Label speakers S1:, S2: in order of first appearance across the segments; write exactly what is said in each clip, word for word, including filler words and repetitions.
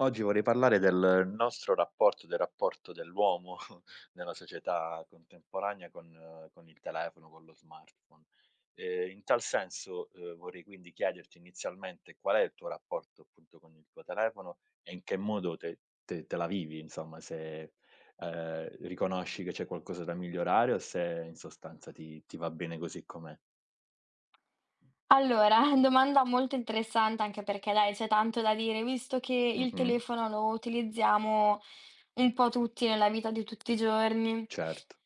S1: Oggi vorrei parlare del nostro rapporto, del rapporto dell'uomo nella società contemporanea con eh, con il telefono, con lo smartphone. Ehm, in tal senso, uhm, vorrei quindi chiederti inizialmente qual è il tuo rapporto appunto con il tuo telefono e in che modo te te te la vivi, insomma, se, ehm, riconosci che c'è qualcosa da migliorare o se in sostanza ti ti va bene così com'è.
S2: Allora, domanda molto interessante anche perché dai, c'è tanto da dire, visto che il
S1: Mh-mh,
S2: telefono lo utilizziamo un po' tutti nella vita di tutti i giorni.
S1: certo.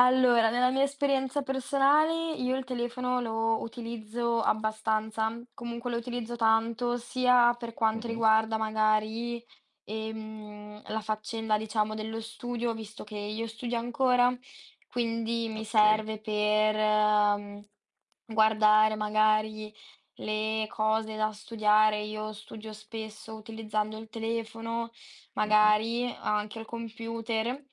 S2: Allora, nella mia esperienza personale io il telefono lo utilizzo abbastanza, comunque lo utilizzo tanto sia per quanto
S1: Mh-mh,
S2: riguarda magari ehm, la faccenda, diciamo, dello studio, visto che io studio ancora, quindi mi
S1: okay.
S2: serve per ehm, guardare magari le cose da studiare. Io studio spesso utilizzando il telefono,
S1: Mh-mh,
S2: magari anche il computer.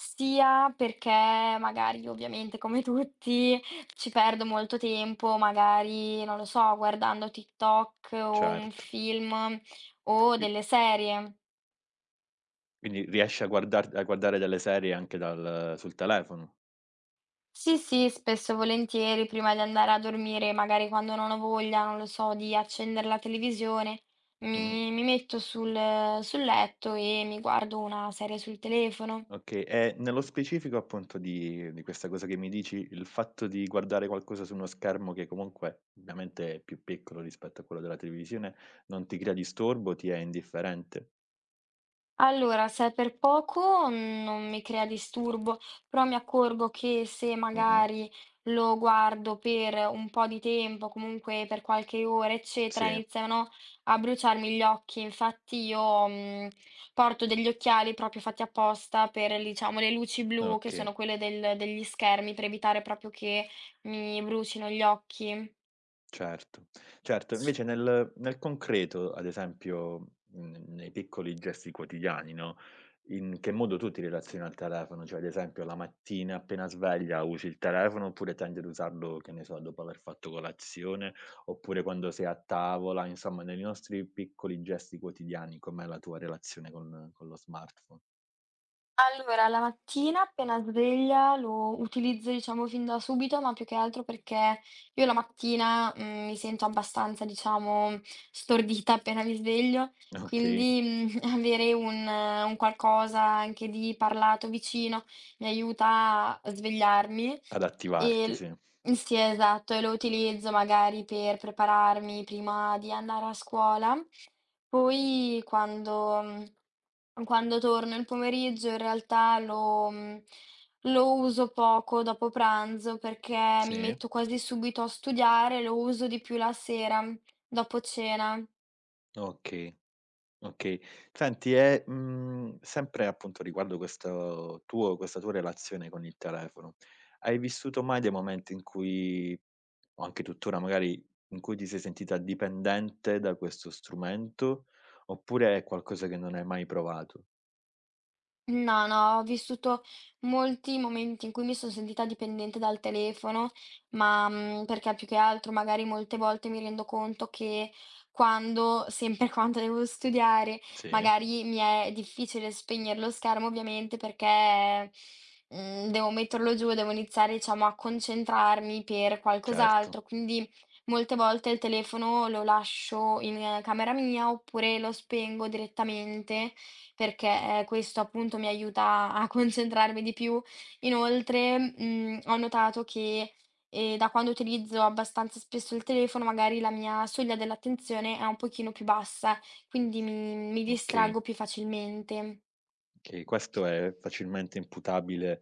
S2: Sia perché magari ovviamente come tutti ci perdo molto tempo, magari, non lo so, guardando TikTok o un
S1: certo.
S2: film o
S1: I
S2: delle serie.
S1: Quindi riesci a guardar a guardare delle serie anche dal sul telefono.
S2: Sì, sì, spesso e volentieri prima di andare a dormire, magari quando non ho voglia, non lo so, di accendere la televisione,
S1: Mh-mh.
S2: mi, mi metto sul, sul letto e mi guardo una serie sul telefono.
S1: Okay, e nello specifico appunto di di questa cosa che mi dici, il fatto di guardare qualcosa su uno schermo che comunque ovviamente è più piccolo rispetto a quello della televisione, non ti crea disturbo, ti è indifferente?
S2: Allora, se è per poco mm, non mi crea disturbo, però mi accorgo che se
S1: Mh-mh.
S2: magari lo guardo per un po' di tempo, comunque per qualche ora, eccetera,
S1: Sì,
S2: iniziano a bruciarmi gli occhi. Infatti io mm, porto degli occhiali proprio fatti apposta per, diciamo, le luci blu, che sono
S1: okay.
S2: quelle del- degli schermi, per evitare proprio che mi brucino gli occhi.
S1: Certo, certo. Invece nel nel concreto, ad esempio, mhmm, nei piccoli gesti quotidiani, no, in che modo tu ti relazioni al telefono? Cioè, ad esempio, la mattina appena sveglia usi il telefono, oppure tendi ad usarlo, che ne so, dopo aver fatto colazione, oppure quando sei a tavola, insomma nei nostri piccoli gesti quotidiani, com'è la tua relazione con con lo smartphone?
S2: Allora, la mattina appena sveglia lo utilizzo diciamo fin da subito, ma più che altro perché io la mattina, mhmm, mi sento abbastanza diciamo stordita appena mi sveglio,
S1: Okay,
S2: quindi, mhmm, avere un eh, un qualcosa anche di parlato vicino mi aiuta a svegliarmi
S1: ad
S2: e
S1: attivarti, sì.
S2: l mh, sì esatto, e lo utilizzo magari per prepararmi prima di andare a scuola. Poi quando, mhmm quando torno il pomeriggio in realtà lo mhmm, lo uso poco dopo pranzo perché mi
S1: Sì,
S2: metto quasi subito a studiare, lo uso di più la sera, dopo cena.
S1: okay. Okay. Senti e, mhmm, sempre appunto riguardo questo tuo questa tua relazione con il telefono, hai vissuto mai dei momenti in cui o anche tuttora magari, in cui ti sei sentita dipendente da questo strumento, oppure è qualcosa che non hai mai provato?
S2: No, no, ho vissuto molti momenti in cui mi son sentita dipendente dal telefono, ma, mhmm, perché più che altro magari molte volte mi rendo conto che quando sempre quando devo studiare,
S1: Sì?
S2: magari mi è difficile spegnere lo schermo ovviamente perché, mhmm, devo metterlo giù e devo iniziare, diciamo, a concentrarmi per
S1: Certo,
S2: qualcos'altro, quindi molte volte il telefono lo lascio in eh, camera mia oppure lo spengo direttamente perché eh, questo appunto mi aiuta a concentrarmi di più. Inoltre, mhmm, ho notato che, ehm, da quando utilizzo abbastanza spesso il telefono, magari la mia soglia dell'attenzione è un pochino più bassa, quindi mi mi
S1: okay.
S2: distraggo più facilmente.
S1: Che questo è facilmente imputabile,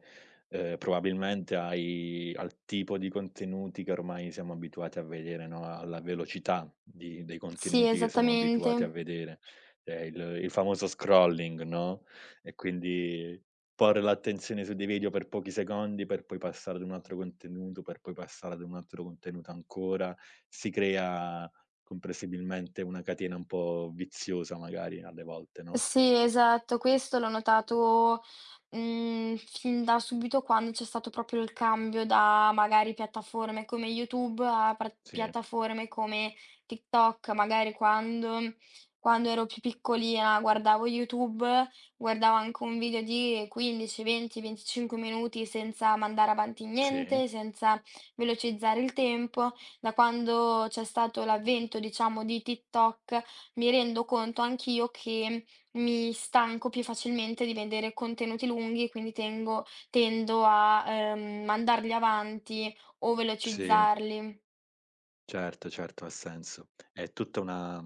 S1: ehm, probabilmente ai al tipo di contenuti che ormai siamo abituati a vedere, no, alla velocità di dei
S2: Sì,
S1: contenuti che siamo abituati a
S2: esattamente.
S1: vedere, ehm, il il famoso scrolling, no, e quindi porre l'attenzione su dei video per pochi secondi, per poi passare ad un altro contenuto, per poi passare ad un altro contenuto ancora. Si crea comprensibilmente una catena un po' viziosa magari alle volte, no?
S2: Sì, esatto, questo l'ho notato. Mhmm, fin da subito quando c'è stato proprio il cambio da magari piattaforme come YouTube a pra
S1: Sì,
S2: piattaforme come TikTok. Magari quando quando ero più piccolina guardavo YouTube, guardavo anche un video di 15, 20, 25 minuti senza mandare avanti
S1: sì.
S2: niente, senza velocizzare il tempo. Da quando c'è stato l'avvento, diciamo, di TikTok, mi rendo conto anch'io che mi stanco più facilmente di vedere contenuti lunghi, quindi tengo tendo a, ehm, mandarli avanti o
S1: Sì,
S2: velocizzarli.
S1: certo, certo, ha senso. È tutta una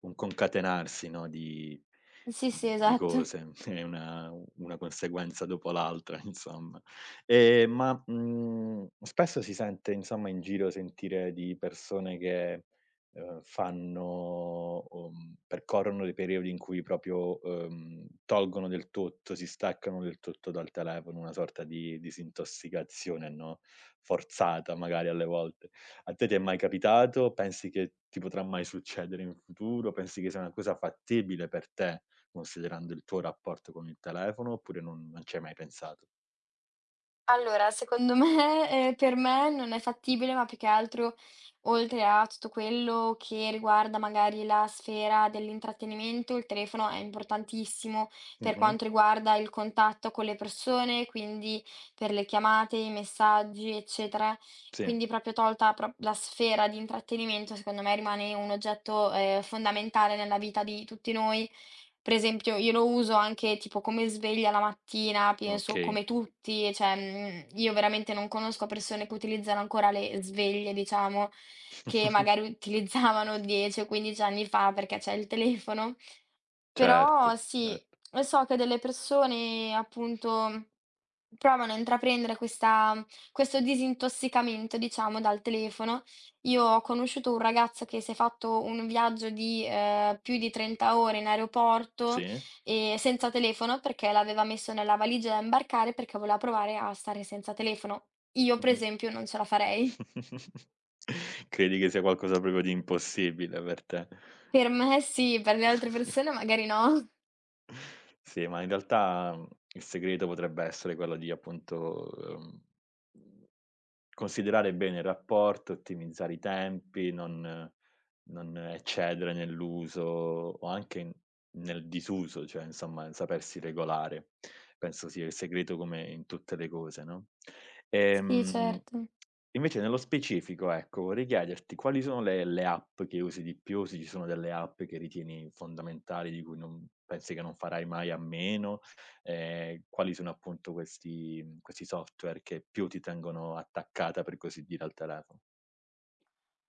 S1: un concatenarsi, no, di
S2: Sì, sì,
S1: di
S2: esatto.
S1: cose, è una una conseguenza dopo l'altra, insomma. Ehm, ma, mhmm, spesso si sente, insomma, in giro sentire di persone che, ehm, fanno uhm, percorrono dei periodi in cui proprio, ehm, tolgono del tutto, si staccano del tutto dal telefono, una sorta di disintossicazione, no, forzata magari alle volte. A te ti è mai capitato? Pensi che ti potrà mai succedere in futuro? Pensi che sia una cosa fattibile per te, considerando il tuo rapporto con il telefono, oppure non non ci hai mai pensato?
S2: Allora, secondo me ehm, per me non è fattibile, ma più che altro, oltre a tutto quello che riguarda magari la sfera dell'intrattenimento, il telefono è importantissimo per
S1: Mh-mh.
S2: quanto riguarda il contatto con le persone, quindi per le chiamate, i messaggi, eccetera.
S1: Sì,
S2: Quindi proprio tolta pro la sfera di intrattenimento, secondo me rimane un oggetto, ehm, fondamentale nella vita di tutti noi. Per esempio io lo uso anche tipo come sveglia la mattina, penso
S1: okay.
S2: come tutti, cioè, mhmm, io veramente non conosco persone che utilizzano ancora le sveglie, diciamo, che magari utilizzavano 10 o 15 anni fa perché c'è il telefono.
S1: Certo,
S2: Però sì,
S1: certo.
S2: e so che delle persone appunto provano a intraprendere questa questo disintossicamento, diciamo, dal telefono. Io ho conosciuto un ragazzo che si è fatto un viaggio di, ehm, più di 30 ore in aeroporto,
S1: Sì.
S2: ehm, senza telefono perché l'aveva messo nella valigia da imbarcare perché voleva provare a stare senza telefono. Io per
S1: Mh-mh.
S2: esempio non ce la farei.
S1: Credi che sia qualcosa proprio di impossibile per te.
S2: Per me sì, per le altre persone magari no.
S1: Sì, ma in realtà, mhmm, il segreto potrebbe essere quello di appunto, ehm considerare bene il rapporto, ottimizzare i tempi, non non eccedere nell'uso o anche n nel disuso, cioè insomma sapersi regolare. Penso sia il segreto come in tutte le cose, no.
S2: Sì,
S1: Ehm,
S2: certo.
S1: Invece nello specifico, ecco, vorrei chiederti quali sono le le app che usi di più, se ci sono delle app che ritieni fondamentali, di cui non pensi che non farai mai a meno ehm, quali sono appunto questi mhmm, questi software che più ti tengono attaccata, per così dire, al telefono.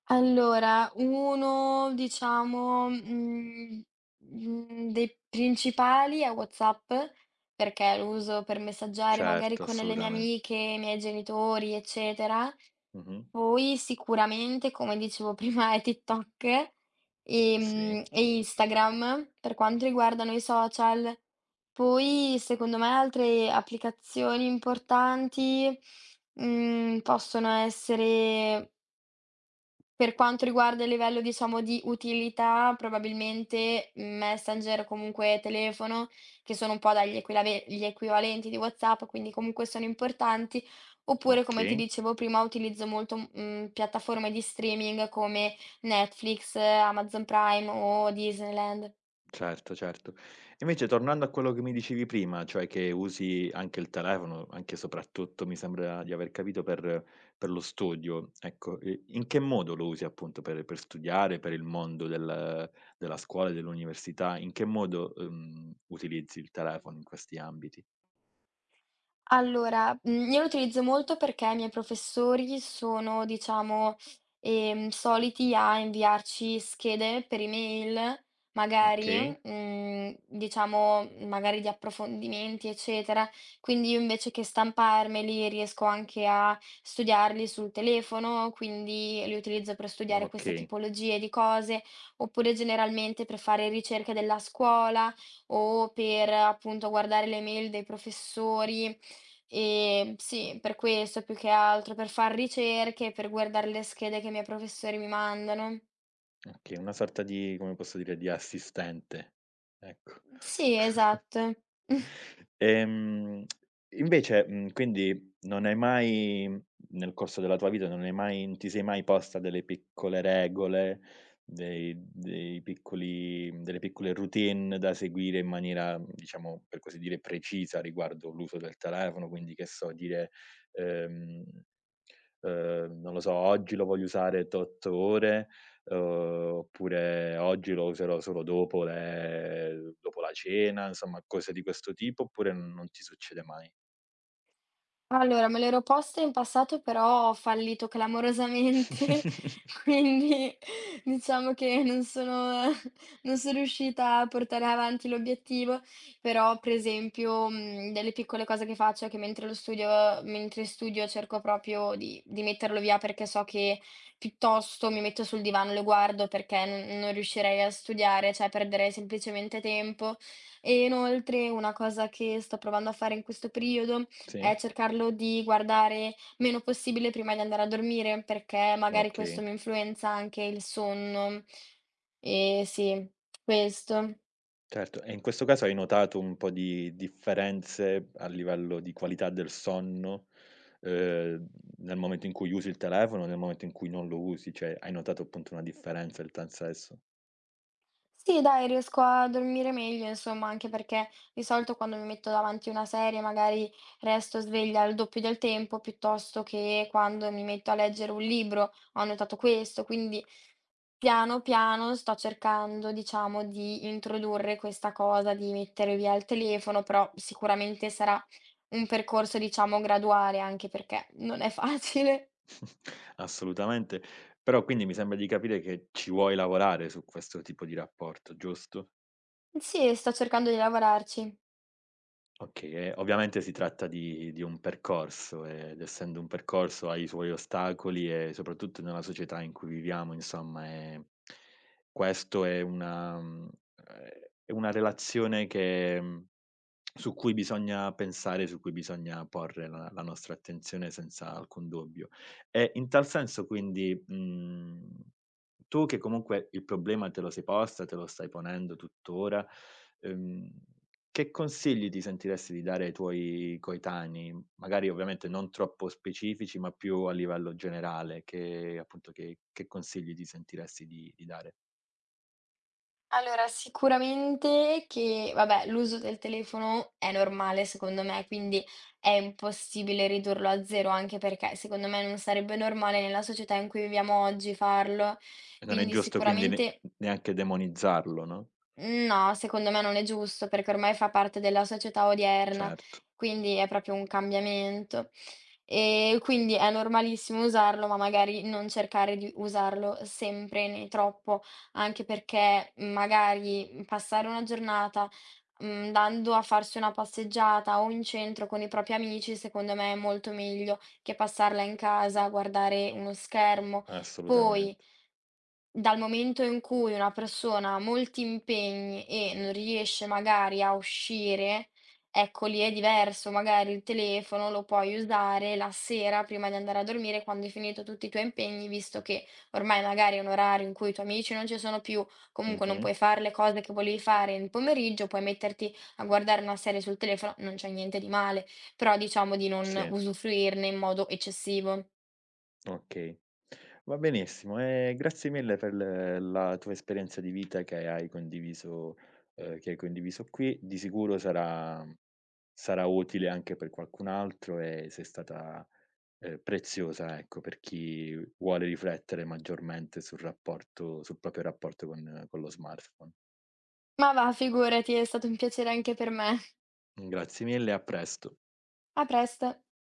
S2: Allora, uno diciamo, mhmm, mhmm, dei principali è WhatsApp, perché lo uso per messaggiare magari
S1: Certo,
S2: con le mie
S1: assolutamente.
S2: amiche, i miei genitori, eccetera.
S1: Mh-mh.
S2: Poi sicuramente, come dicevo prima, è TikTok,
S1: Sì,
S2: ehm, e Instagram per quanto riguardano i social. Poi secondo me altre applicazioni importanti, mhmm, possono essere per quanto riguarda il livello diciamo di utilità, probabilmente Messenger o comunque telefono, che sono un po' dai gli equilave gli equivalenti di WhatsApp, quindi comunque sono importanti, oppure come ti
S1: okay.
S2: dicevo prima utilizzo molto, mhmm, piattaforme di streaming come Netflix, Amazon Prime o Disneyland.
S1: Certo, certo. Invece tornando a quello che mi dicevi prima, cioè che usi anche il telefono, anche e soprattutto mi sembra di aver capito per per lo studio, ecco, i in che modo lo usi appunto per per studiare, per il mondo del della scuola, e dell'università? In che modo, uhm, utilizzi il telefono in questi ambiti?
S2: Allora, mhmm, io lo utilizzo molto perché i miei professori sono, diciamo, ehm, soliti a inviarci schede per email, magari,
S1: Okay.
S2: mhmm, diciamo, magari di approfondimenti, eccetera. Quindi io invece che stamparmeli riesco anche a studiarli sul telefono, quindi li utilizzo per studiare queste
S1: Okay,
S2: tipologie di cose, oppure generalmente per fare ricerche della scuola o per, appunto, guardare le mail dei professori. Ehm, sì, per questo più che altro, per far ricerche, per guardare le schede che i miei professori mi mandano.
S1: okay, una sorta di come posso dire, di assistente, ecco.
S2: Sì, esatto.
S1: Ehm, Invece, mhmm, quindi non hai mai nel corso della tua vita non hai mai non ti sei mai posta delle piccole regole, dei dei piccoli delle piccole routine da seguire in maniera, diciamo, per così dire, precisa riguardo l'uso del telefono, quindi che so, dire, ehm Ehm, non lo so, oggi lo voglio usare tot ore, uhm, oppure oggi lo userò solo dopo le dopo la cena, insomma cose di questo tipo, oppure non ti succede mai?
S2: Allora, me l'ero posta in passato, però ho fallito clamorosamente, quindi diciamo che non sono non sono riuscita a portare avanti l'obiettivo, però per esempio, mhmm, delle piccole cose che faccio è che mentre lo studio mentre studio cerco proprio di di metterlo via, perché so che piuttosto mi metto sul divano e lo guardo perché non non riuscirei a studiare, cioè perderei semplicemente tempo. E inoltre una cosa che sto provando a fare in questo periodo è
S1: Sì?
S2: cercarlo di guardare meno possibile prima di andare a dormire, perché magari questo
S1: Okay,
S2: mi influenza anche il sonno. E sì, questo.
S1: certo. E in questo caso hai notato un po' di differenze a livello di qualità del sonno, uhm, nel momento in cui usi il telefono, nel momento in cui non lo usi? Cioè, hai notato appunto una differenza in tal senso?
S2: Sì dai, riesco a dormire meglio insomma, anche perché di solito quando mi metto davanti una serie magari resto sveglia il doppio del tempo, piuttosto che quando mi metto a leggere un libro, ho notato questo, quindi piano piano sto cercando diciamo di introdurre questa cosa di mettere via il telefono, però sicuramente sarà un percorso diciamo graduale, anche perché non è facile.
S1: Assolutamente. Però quindi mi sembra di capire che ci vuoi lavorare su questo tipo di rapporto, giusto?
S2: Sì, sto cercando di lavorarci.
S1: Okay, e ovviamente si tratta di di un percorso ed essendo un percorso ha i suoi ostacoli e soprattutto nella società in cui viviamo insomma, ehm, questo è una mhmm, ehm, è una relazione che mhmm, su cui bisogna pensare, su cui bisogna porre la la nostra attenzione senza alcun dubbio. E in tal senso quindi, mhmm, tu che comunque il problema te lo sei posta, te lo stai ponendo tuttora, ehm che consigli ti sentiresti di dare ai tuoi coetanei? Magari ovviamente non troppo specifici, ma più a livello generale, che appunto che che consigli ti sentiresti di di dare?
S2: Allora, sicuramente che vabbè, l'uso del telefono è normale secondo me, quindi è impossibile ridurlo a zero, anche perché secondo me non sarebbe normale nella società in cui viviamo oggi farlo.
S1: E non è
S2: Quindi
S1: giusto quindi ne
S2: sicuramente
S1: neanche demonizzarlo, no,
S2: No, secondo me non è giusto perché ormai fa parte della società odierna,
S1: certo,
S2: quindi è proprio un cambiamento. E quindi è normalissimo usarlo, ma magari non cercare di usarlo sempre né troppo, anche perché magari passare una giornata mm, andando a farsi una passeggiata o in centro con i propri amici, secondo me è molto meglio che passarla in casa a guardare uno schermo. Poi
S1: assolutamente.
S2: dal momento in cui una persona ha molti impegni e non riesce magari a uscire, ecco lì è diverso, magari il telefono lo puoi usare la sera prima di andare a dormire quando hai finito tutti i tuoi impegni, visto che ormai magari è un orario in cui i tuoi amici non ci sono più, comunque non
S1: Mh-mh,
S2: puoi fare le cose che volevi fare nel pomeriggio, puoi metterti a guardare una serie sul telefono, non c'è niente di male, però diciamo di non
S1: sì.
S2: usufruirne in modo eccessivo.
S1: Okay, va benissimo, ehm, grazie mille per l la tua esperienza di vita che hai condiviso ehm, che hai condiviso qui. Di sicuro sarà sarà utile anche per qualcun altro e sei stata, ehm, preziosa, ecco, per chi vuole riflettere maggiormente sul rapporto sul proprio rapporto con con lo smartphone.
S2: Ma va, figurati, è stato un piacere anche per me.
S1: Grazie mille e a presto.
S2: A presto.